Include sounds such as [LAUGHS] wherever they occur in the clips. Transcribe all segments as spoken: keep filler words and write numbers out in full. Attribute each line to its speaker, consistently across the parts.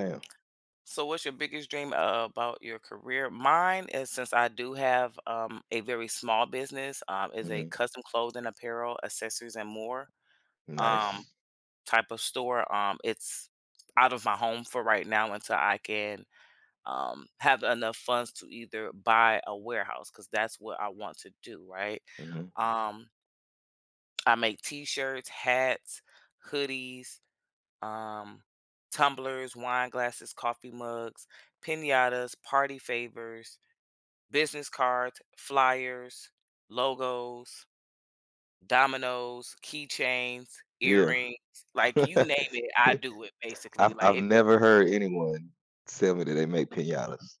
Speaker 1: Damn.
Speaker 2: So, what's your biggest dream uh, about your career? Mine is, since I do have um, a very small business, um, is a
Speaker 1: Mhm.
Speaker 2: custom clothing, apparel, accessories, and more um,
Speaker 1: Nice.
Speaker 2: type of store. Um, it's out of my home for right now until I can um, have enough funds to either buy a warehouse, because that's what I want to do, right?
Speaker 1: Mhm.
Speaker 2: Um, I make t shirts, hats, hoodies, um, tumblers, wine glasses, coffee mugs, pinatas, party favors, business cards, flyers, logos, dominoes, keychains,
Speaker 1: Yeah.
Speaker 2: earrings. Like, you name
Speaker 1: [LAUGHS]
Speaker 2: it, I do it basically.
Speaker 1: I've
Speaker 2: Like
Speaker 1: I've
Speaker 2: if you,
Speaker 1: never heard anyone tell me that they make piñatas.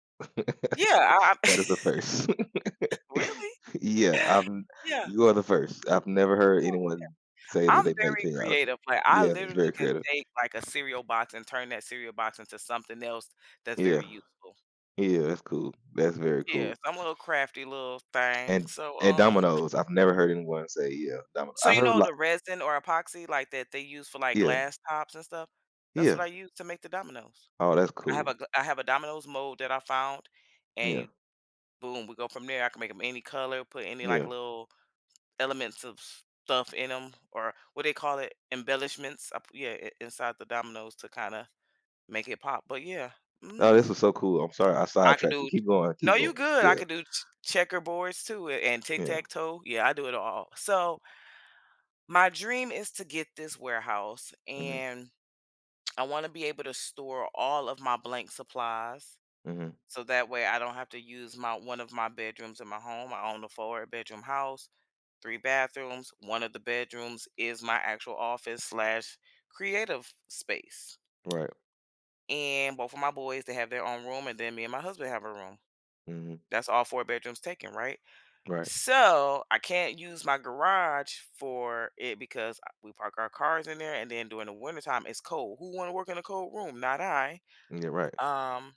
Speaker 2: yeah, I,
Speaker 1: That is the
Speaker 2: I-
Speaker 1: first. [LAUGHS]
Speaker 2: [LAUGHS] Really,
Speaker 1: Yeah, I've
Speaker 2: yeah.
Speaker 1: you are the first. I've never heard anyone say that
Speaker 2: I'm
Speaker 1: they make
Speaker 2: very
Speaker 1: piñatas.
Speaker 2: creative. Like, I
Speaker 1: Yeah, it's
Speaker 2: literally
Speaker 1: very
Speaker 2: can
Speaker 1: creative.
Speaker 2: take like a cereal box and turn that cereal box into something else that's
Speaker 1: Yeah.
Speaker 2: very useful.
Speaker 1: Yeah, that's cool. That's very
Speaker 2: Yeah,
Speaker 1: cool.
Speaker 2: so I'm a little crafty little thing.
Speaker 1: And
Speaker 2: So
Speaker 1: and
Speaker 2: um
Speaker 1: dominoes, I've never heard anyone say, yeah, domino
Speaker 2: So,
Speaker 1: I
Speaker 2: you
Speaker 1: heard
Speaker 2: know
Speaker 1: like
Speaker 2: the resin or epoxy, like, that they use for, like,
Speaker 1: yeah,
Speaker 2: glass tops and stuff? That's
Speaker 1: yeah.
Speaker 2: what I use to make the dominoes.
Speaker 1: Oh, that's
Speaker 2: I have a
Speaker 1: cool.
Speaker 2: gl I have a dominoes mold that I found, and
Speaker 1: Yeah,
Speaker 2: you boom, we go from there. I can make them any color, put any, like,
Speaker 1: yeah.
Speaker 2: little elements of s- stuff in them, or what they call it, embellishments, I p yeah, I inside the dominoes to kinda make it pop, but yeah,
Speaker 1: Oh, this
Speaker 2: mhm.
Speaker 1: was so cool. I'm sorry I
Speaker 2: I could
Speaker 1: sidetracked you.
Speaker 2: do.
Speaker 1: Keep going,
Speaker 2: No,
Speaker 1: keep
Speaker 2: you
Speaker 1: going.
Speaker 2: good. I
Speaker 1: Yeah,
Speaker 2: could do ch checkerboards too, a and
Speaker 1: yeah.
Speaker 2: tic-tac-toe. Yeah, I do it all. So my dream is to get this warehouse,
Speaker 1: Mhm,
Speaker 2: and I want to be able to store all of my blank supplies.
Speaker 1: mhm,
Speaker 2: So that way I don't have to use my one of my bedrooms in my home. I own a four bedroom house, three bathrooms. One of the bedrooms is my actual office slash creative space.
Speaker 1: right,
Speaker 2: And both of my boys, they have their own room, and then me and my husband have a room.
Speaker 1: mhm,
Speaker 2: That's all four bedrooms taken, right?
Speaker 1: right.
Speaker 2: So I can't use my garage for it because I- we park our cars in there, and then during the wintertime it's cold. Who want to work in a cold room? Not I.
Speaker 1: Yeah, right.
Speaker 2: Um,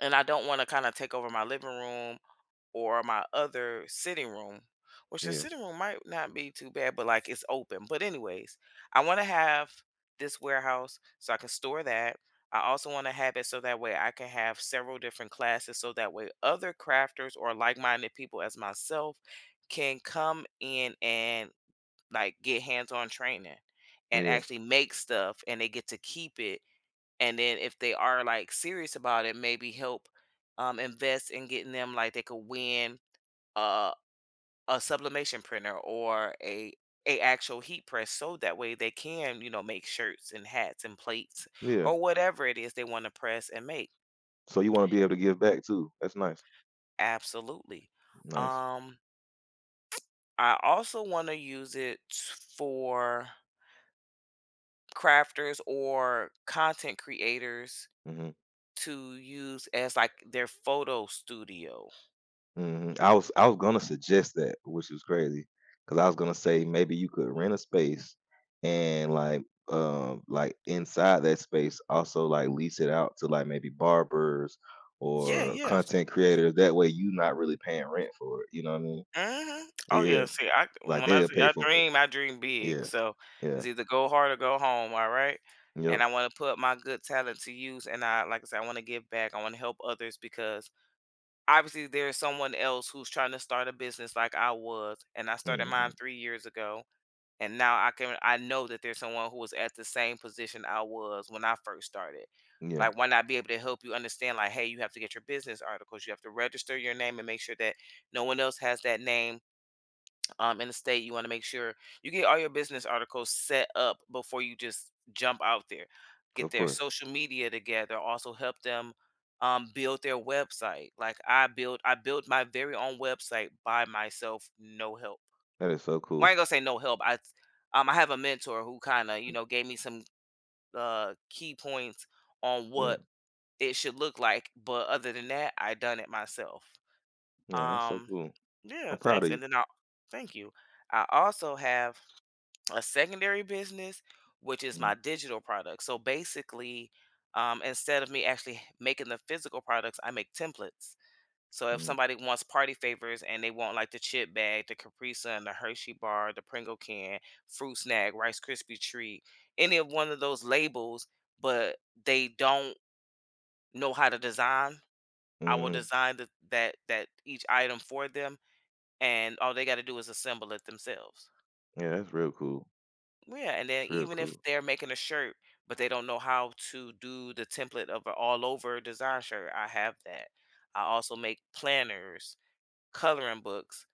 Speaker 2: and I don't want to kind of take over my living room or my other sitting room, which the
Speaker 1: Yeah,
Speaker 2: sitting room might not be too bad, but like it's open. But, anyways, I want to have this warehouse so I can store that. I also want to have it so that way I can have several different classes, so that way other crafters or like minded people as myself can come in and like get hands on training and
Speaker 1: yeah,
Speaker 2: actually make stuff and they get to keep it, and then if they are like serious about it, maybe help um, invest in getting them, like they could win uh, a sublimation printer or a a actual heat press, so that way they can, you know, make shirts and hats and plates
Speaker 1: yeah.
Speaker 2: or whatever it is they want to press and make.
Speaker 1: So you wanna be able to give back too. That's nice,
Speaker 2: Absolutely.
Speaker 1: nice.
Speaker 2: Um, I also want to use it for crafters or content creators
Speaker 1: Mhm,
Speaker 2: to use as like their photo studio.
Speaker 1: mhm. I was I was gonna suggest that, which is cause I was gonna say maybe you could rent a space and, like, um, like, inside that space, also, like, lease it out to, like, maybe barbers
Speaker 2: Yeah,
Speaker 1: or
Speaker 2: yeah.
Speaker 1: content creators. That way, you not really paying rent for it, you know what I mean?
Speaker 2: Mhm. Oh,
Speaker 1: Yeah,
Speaker 2: yeah, see, I,
Speaker 1: like,
Speaker 2: when I
Speaker 1: they'll
Speaker 2: say
Speaker 1: pay
Speaker 2: I
Speaker 1: for it.
Speaker 2: dream, I dream big,
Speaker 1: Yeah,
Speaker 2: so
Speaker 1: yeah,
Speaker 2: it's either go hard or go home, all right? And
Speaker 1: yep,
Speaker 2: I wanna put my good talent to use, and I, like I said, I wanna give back, I wanna help others because obviously there's someone else who's trying to start a business like I was, and I started
Speaker 1: mhm,
Speaker 2: mine three years ago, and now I can, I know that there's someone who was at the same position I was when I first started.
Speaker 1: yeah.
Speaker 2: Like, why not be able to help you understand, like, "Hey, you have to get your business articles, you have to register your name and make sure that no one else has that name um, in the state. You want to make sure you get all your business articles set up before you just jump out there. Get
Speaker 1: Of
Speaker 2: their
Speaker 1: course.
Speaker 2: social media together. Also help them um, build their website." Like I build, I built my very own website by myself, no help.
Speaker 1: That is so
Speaker 2: Well,
Speaker 1: cool.
Speaker 2: I ain't gonna say no help. I um, I have a mentor who kind of, you
Speaker 1: Mm.
Speaker 2: know, gave me some uh, key points on
Speaker 1: Yeah.
Speaker 2: what it should look like. But other than that, I done it myself.
Speaker 1: Yeah, that's so
Speaker 2: Um,
Speaker 1: cool.
Speaker 2: yeah,
Speaker 1: I'm proud
Speaker 2: thanks.
Speaker 1: of you.
Speaker 2: And then I thank you. I also have a secondary business, which is my
Speaker 1: Mm,
Speaker 2: digital product. So basically, um, instead of me actually making the physical products, I make templates. So if
Speaker 1: mm,
Speaker 2: somebody wants party favors and they want like the chip bag, the Capri Sun, the Hershey bar, the Pringle can, fruit snack, Rice Krispie treat, any of one of those labels, but they don't know how to design, I will
Speaker 1: mhm.
Speaker 2: design the, that that each item for them, and all they got to do is assemble it themselves.
Speaker 1: Yeah, that's real cool.
Speaker 2: Yeah, and then
Speaker 1: It's real
Speaker 2: even if
Speaker 1: cool.
Speaker 2: they're making a shirt, but they don't know how to do the template of an all over design shirt, I have that. I also make planners, coloring books.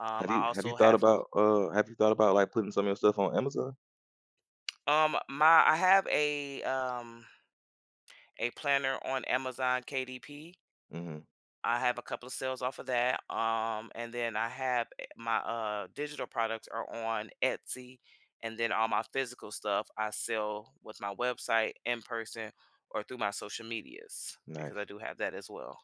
Speaker 2: Um,
Speaker 1: Have
Speaker 2: I
Speaker 1: you have you
Speaker 2: also
Speaker 1: thought
Speaker 2: have
Speaker 1: about uh have you thought about like putting some of your stuff on Amazon?
Speaker 2: um my I have a um a planner on Amazon K D P.
Speaker 1: Hmm.
Speaker 2: I have a couple of sales off of that. Um, and then I have eh, my uh digital products are on Etsy, and then all my physical stuff I sell with my website in person or through my social medias, because
Speaker 1: Nice.
Speaker 2: I do have that as well.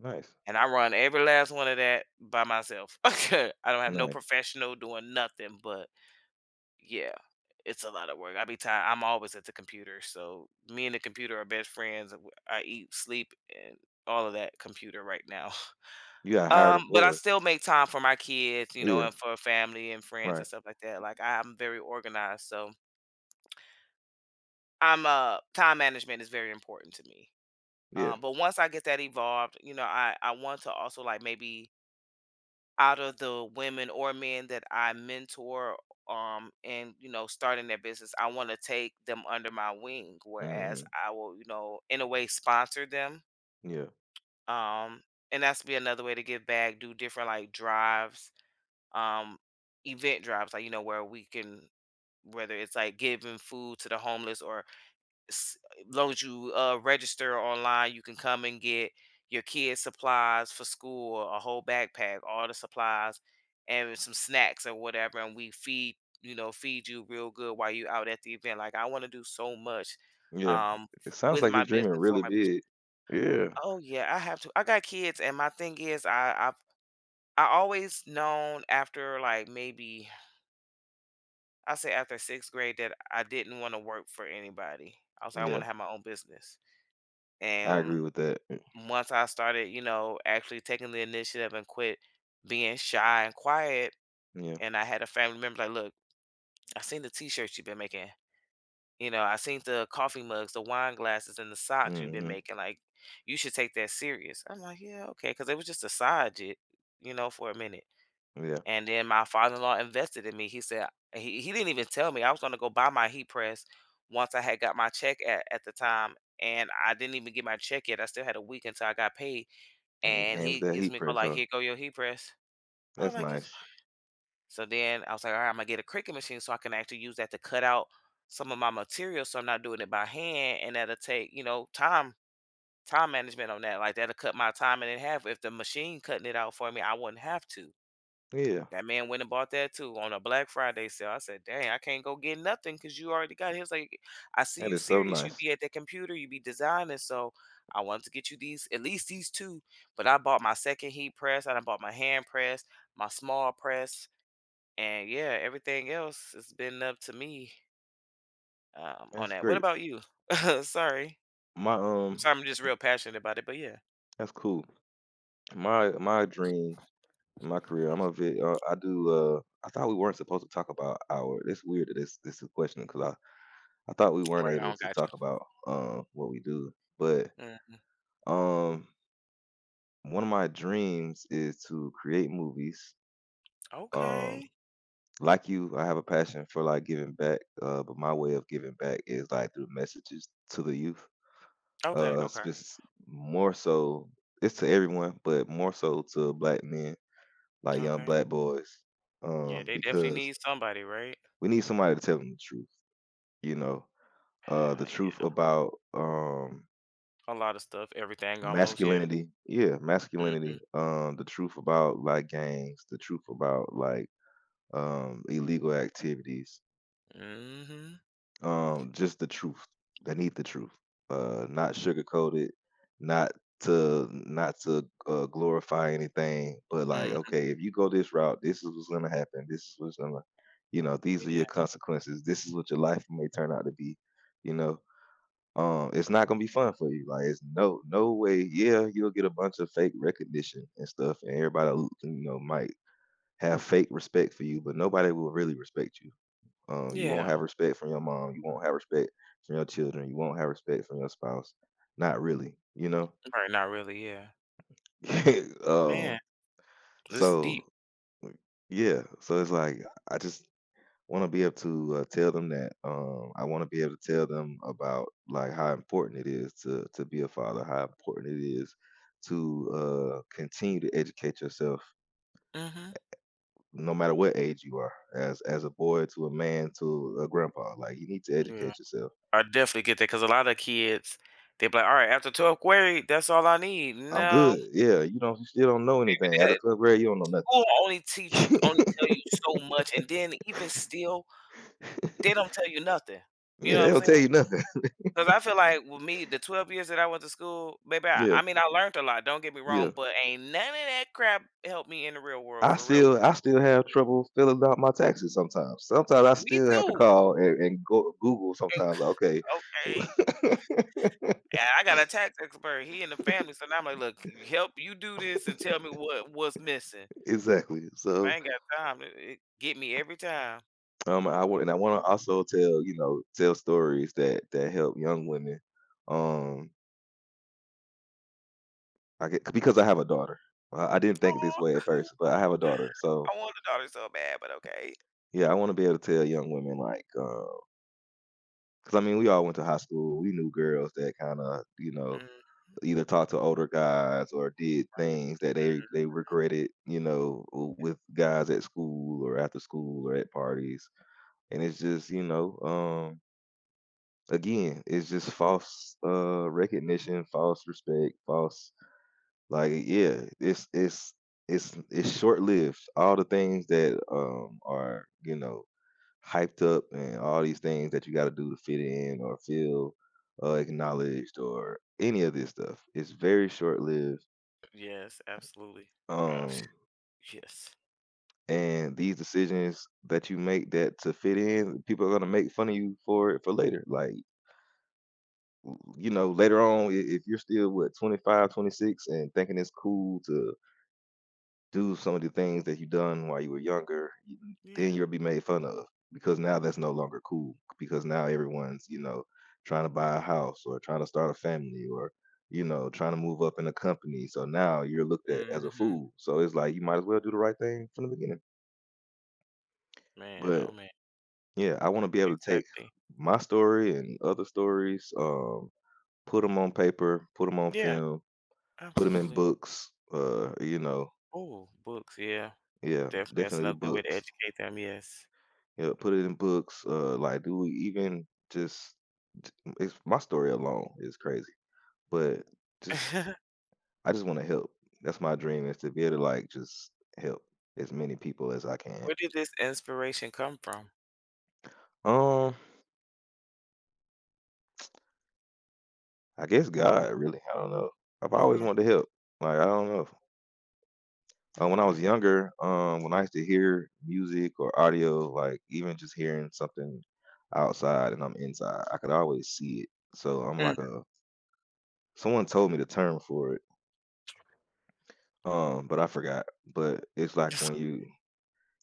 Speaker 1: Nice.
Speaker 2: And I run every last one of that by myself. [LAUGHS] I don't have no
Speaker 1: Nice.
Speaker 2: professional doing nothing, but yeah, it's a lot of work. I be tired. I'm always at the computer, so me and the computer are best friends. I eat, sleep, and all of that computer right now. [LAUGHS]
Speaker 1: You got hired a
Speaker 2: Um, but I
Speaker 1: boy.
Speaker 2: still make time for my kids, you know,
Speaker 1: Yeah.
Speaker 2: and for family and friends and
Speaker 1: Right.
Speaker 2: stuff like that. Like, I'm very organized, so I'm uh time management is very important to me.
Speaker 1: Yeah.
Speaker 2: Um, but once I get that evolved, you know, I I want to also, like, maybe out of the women or men that I mentor, um, and you know, starting their business, I want to take them under my wing, whereas
Speaker 1: Hmm.
Speaker 2: I will, you know, in a way sponsor them.
Speaker 1: Yeah.
Speaker 2: Um, and that's be another way to give back. Do different like drives, um event drives, like, you know, where we can, whether it's like giving food to the homeless or s- as long as you uh, register online, you can come and get your kids supplies for school, a whole backpack, all the supplies and some snacks or whatever, and we feed, you know, feed you real good while you out at the event. Like, I want to do so much
Speaker 1: Yeah.
Speaker 2: um
Speaker 1: It sounds
Speaker 2: with
Speaker 1: like you're
Speaker 2: my
Speaker 1: dreaming
Speaker 2: business, for
Speaker 1: really
Speaker 2: my business.
Speaker 1: big. Yeah.
Speaker 2: Oh yeah, I have to, I got kids. And my thing is, I I've I always known after, like, maybe, I say after sixth grade, that I didn't want to work for anybody. I was like, I want
Speaker 1: Yeah.
Speaker 2: to have my own business.
Speaker 1: I agree
Speaker 2: And
Speaker 1: with that.
Speaker 2: once I started, you know, actually taking the initiative and quit being shy and quiet,
Speaker 1: Yeah.
Speaker 2: and I had a family member like, "Look, I seen the t-shirts you've been making. You know, I seen the coffee mugs, the wine glasses, and the socks you've been
Speaker 1: Hmm.
Speaker 2: making. Like, you should take that serious." I'm like, yeah, okay, because it was just a side, jig, you know, for a minute.
Speaker 1: Yeah.
Speaker 2: And then my father-in-law invested in me. He said he he didn't even tell me. I was gonna go buy my heat press once I had got my check at, at the time. And I didn't even get my check yet. I still had a week until I got paid.
Speaker 1: And he
Speaker 2: And
Speaker 1: came with
Speaker 2: he
Speaker 1: that
Speaker 2: gives
Speaker 1: heat
Speaker 2: me a call
Speaker 1: press,
Speaker 2: like,
Speaker 1: huh?
Speaker 2: "Here go your heat press." I was
Speaker 1: That's
Speaker 2: like, "It's-"
Speaker 1: nice.
Speaker 2: So then I was like, all right, I'm gonna get a Cricut machine so I can actually use that to cut out some of my material, so I'm not doing it by hand and that'll take, you know, time time management on that. Like, that'll cut my time in half. If the machine cutting it out for me, I wouldn't have to.
Speaker 1: Yeah.
Speaker 2: That man went and bought that too on a Black Friday sale. I said, "Dang, I can't go get nothing because you already got it." He was like, "I see
Speaker 1: That
Speaker 2: you
Speaker 1: is so
Speaker 2: serious. You
Speaker 1: nice.
Speaker 2: be at that computer. You be designing. So I wanted to get you these, at least these two." But I bought my second heat press. I done bought my hand press, my small press, and yeah, everything else has been up to me, um, on
Speaker 1: That's
Speaker 2: that. What
Speaker 1: great.
Speaker 2: about you? [LAUGHS] Sorry,
Speaker 1: My um,
Speaker 2: sorry, I'm just real passionate about it. But yeah,
Speaker 1: that's cool. My my dream, in my career. I'm a vid. Uh, I do. Uh, I thought we weren't supposed to talk about our. It's weird that this this is a question because I I thought we weren't
Speaker 2: right. I
Speaker 1: able
Speaker 2: don't
Speaker 1: to
Speaker 2: got you.
Speaker 1: talk about uh what we do. But
Speaker 2: Mm,
Speaker 1: um, one of my dreams is to create movies. Um,
Speaker 2: okay.
Speaker 1: like you, I have a passion for like giving back. Uh, but my way of giving back is like through messages to the youth.
Speaker 2: Okay.
Speaker 1: uh
Speaker 2: Okay.
Speaker 1: spec- More so it's to everyone, but more so to black men, like young
Speaker 2: Okay.
Speaker 1: black boys,
Speaker 2: Yeah,
Speaker 1: um,
Speaker 2: they definitely
Speaker 1: because
Speaker 2: need somebody, right?
Speaker 1: we need somebody to tell them the truth, you know, uh
Speaker 2: Ah,
Speaker 1: the truth
Speaker 2: yeah.
Speaker 1: about, um,
Speaker 2: A lot of stuff, everything almost, yeah.
Speaker 1: masculinity, yeah,
Speaker 2: Mhm.
Speaker 1: masculinity, um, the truth about like gangs, the truth about like, um, illegal activities.
Speaker 2: Mhm.
Speaker 1: Um, just the truth. They need the truth. Uh, not sugarcoated, not to not to uh, glorify anything, but like,
Speaker 2: Mm.
Speaker 1: okay, if you go this route, this is what's gonna happen. This is what's gonna, you know, these are
Speaker 2: Yeah.
Speaker 1: your consequences. This is what your life may turn out to be. You know, um, it's not gonna be fun for you. Like, it's no no way. Yeah, you'll get a bunch of fake recognition and stuff, and everybody, you know, might have fake respect for you, but nobody will really respect you, um, you won't
Speaker 2: Yeah.
Speaker 1: have respect from your mom. You won't have respect from your children. You won't have respect from your spouse. Not really, you know.
Speaker 2: Right, not really, yeah.
Speaker 1: [LAUGHS] um,
Speaker 2: Man, this is deep.
Speaker 1: so, like, yeah, so it's like I just want to be able to uh, tell them that. Um, I want to be able to tell them about like how important it is to to be a father. How important it is to uh, continue to educate yourself
Speaker 2: Mhm.
Speaker 1: no matter what age you are, as as a boy, to a man, to a grandpa, like you need to
Speaker 2: Yeah.
Speaker 1: educate yourself.
Speaker 2: I definitely get that, because a lot of kids, they be like, "Alright, after twelfth grade, that's all I need."
Speaker 1: I'm
Speaker 2: No.
Speaker 1: good. Yeah, you don't you still don't know anything. After
Speaker 2: That
Speaker 1: twelfth grade, you don't know
Speaker 2: school only teach
Speaker 1: nothing. [LAUGHS]
Speaker 2: only tell you so much, and then even still, they don't tell you nothing. You
Speaker 1: Yeah,
Speaker 2: know
Speaker 1: they
Speaker 2: what I'm
Speaker 1: don't
Speaker 2: saying?
Speaker 1: tell you nothing.
Speaker 2: 'Cause I feel like with me, the twelve years that I went to school, baby, I
Speaker 1: Yeah,
Speaker 2: I mean, I learned a lot, don't get me
Speaker 1: yeah.
Speaker 2: wrong, but ain't none of that crap helped me in the real world,
Speaker 1: I
Speaker 2: for real,
Speaker 1: still
Speaker 2: for real.
Speaker 1: I still have trouble filling out my taxes sometimes. Sometimes I
Speaker 2: Me
Speaker 1: still have to
Speaker 2: too,
Speaker 1: call and, and go Google
Speaker 2: and
Speaker 1: sometimes. Like,
Speaker 2: c-
Speaker 1: okay.
Speaker 2: okay,
Speaker 1: [LAUGHS]
Speaker 2: and I got a tax expert, he in the family, so now I'm like, "Look, you help, you do this and tell me what what's missing,
Speaker 1: Exactly.
Speaker 2: 'cause
Speaker 1: So
Speaker 2: I ain't got time to, it get me every time."
Speaker 1: um I want and I wanna also tell, you know, tell stories that that help young women. Um, I get because I have a daughter. I, I didn't think this way
Speaker 2: Aw,
Speaker 1: at first, but I have a daughter. So
Speaker 2: I want a daughter so bad, but okay.
Speaker 1: yeah, I wanna be able to tell young women, like, uh 'cause, I mean, we all went to high school. We knew girls that kinda, you know,
Speaker 2: Mm,
Speaker 1: either talked to older guys or did things
Speaker 2: right.
Speaker 1: that they they regretted, you know, w with guys at school or after school or at parties. And it's just, you know, um, again, it's just false, uh, recognition, false respect, false like, yeah, it's it's it's it's short-lived. All the things that, um, are, you know, hyped up and all these things that you got to do to fit in or feel uh, acknowledged or any of this stuff. It's very short lived.
Speaker 2: Yes, absolutely. Gosh,
Speaker 1: Um,
Speaker 2: yes.
Speaker 1: and these decisions that you make that to fit in, people are gonna make fun of you for it for later. Like, you know, later on, I- if you're still what, twenty-five, twenty-six and thinking it's cool to do some of the things that you done while you were younger, you, then
Speaker 2: Yeah.
Speaker 1: you'll be made fun of because now that's no longer cool because now everyone's, you know, trying to buy a house or trying to start a family or, you know, trying to move up in a company. So now you're looked at as a
Speaker 2: Mhm.
Speaker 1: fool. So it's like you might as well do the right thing from the beginning.
Speaker 2: Man,
Speaker 1: But
Speaker 2: oh man.
Speaker 1: yeah, I want to be able to take
Speaker 2: Exactly.
Speaker 1: my story and other stories, um, put them on paper, put them on
Speaker 2: Yeah.
Speaker 1: film, put them in
Speaker 2: Absolutely.
Speaker 1: books, uh, you know,
Speaker 2: Oh, books, yeah.
Speaker 1: yeah,
Speaker 2: Definitely, that's
Speaker 1: definitely
Speaker 2: another good way to
Speaker 1: books.
Speaker 2: educate them, yes.
Speaker 1: Yeah, put it in books, uh, like, do we even just it's my story alone is crazy, but just
Speaker 2: [LAUGHS]
Speaker 1: I just wanna help. That's my dream, is to be able to, like, just help as many people as I can.
Speaker 2: Where did this inspiration come from?
Speaker 1: Um, I guess God, really, I don't know. I've always
Speaker 2: Okay,
Speaker 1: wanted to help. Like, I don't know. Uh, when I
Speaker 2: okay.
Speaker 1: was younger, um, when I used to hear music or audio, like, even just hearing something outside and I'm inside, I could always see it. So I'm
Speaker 2: Mm.
Speaker 1: like a someone told me the term for it. Um, but I forgot. But it's like
Speaker 2: Just
Speaker 1: when you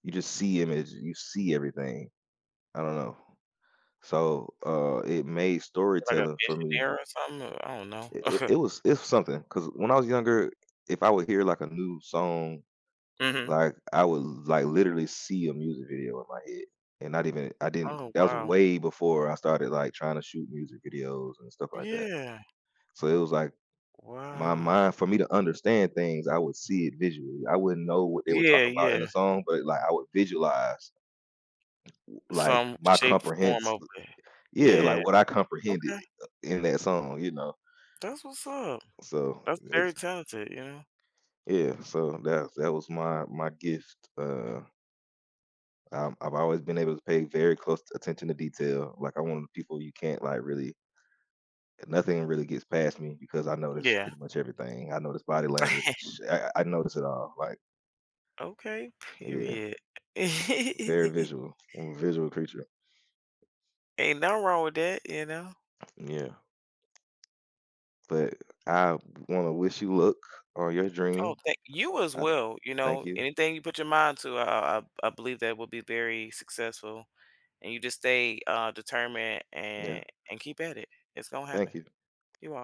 Speaker 1: you just see images, you see everything. I don't know. So uh, it made
Speaker 2: like a
Speaker 1: storytelling for me.
Speaker 2: visionary or something, or I don't know.
Speaker 1: It,
Speaker 2: [LAUGHS]
Speaker 1: it was it's something because when I was younger, if I would hear like a new song,
Speaker 2: Mhm.
Speaker 1: like I would like literally see a music video in my head, and not even I didn't.
Speaker 2: Oh,
Speaker 1: That was
Speaker 2: wow.
Speaker 1: way before I started like trying to shoot music videos and stuff like that.
Speaker 2: Yeah.
Speaker 1: So it was like my
Speaker 2: Wow.
Speaker 1: mind for me to understand things, I would see it visually. I wouldn't know what they were
Speaker 2: Yeah,
Speaker 1: talking about
Speaker 2: yeah.
Speaker 1: in the song, but like I would visualize like
Speaker 2: Some
Speaker 1: my
Speaker 2: shape, form
Speaker 1: comprehends
Speaker 2: of it.
Speaker 1: yeah, like
Speaker 2: Yeah,
Speaker 1: what I comprehended
Speaker 2: okay.
Speaker 1: in that song, you know.
Speaker 2: That's what's up.
Speaker 1: So
Speaker 2: That's very
Speaker 1: it's
Speaker 2: talented, you know?
Speaker 1: yeah, so that that was my my gift. Uh I'm, I've always been able to pay very close attention to detail. Like I'm one of the people you can't like really nothing really gets past me because I notice
Speaker 2: Yeah.
Speaker 1: pretty much everything. I notice body language.
Speaker 2: [LAUGHS]
Speaker 1: I, I notice it all. Like
Speaker 2: Okay,
Speaker 1: yeah.
Speaker 2: period. [LAUGHS]
Speaker 1: Very visual. I'm a visual creature.
Speaker 2: Ain't nothing wrong with that, you know?
Speaker 1: Yeah. But I want to wish you luck on your
Speaker 2: Oh,
Speaker 1: dream.
Speaker 2: thank you as
Speaker 1: I
Speaker 2: well. You
Speaker 1: thank
Speaker 2: know,
Speaker 1: you.
Speaker 2: anything you put your mind to, I, I, I believe that will be very successful. And you just stay uh, determined
Speaker 1: Yeah.
Speaker 2: and and keep at it. It's gonna happen.
Speaker 1: Thank you.
Speaker 2: You are.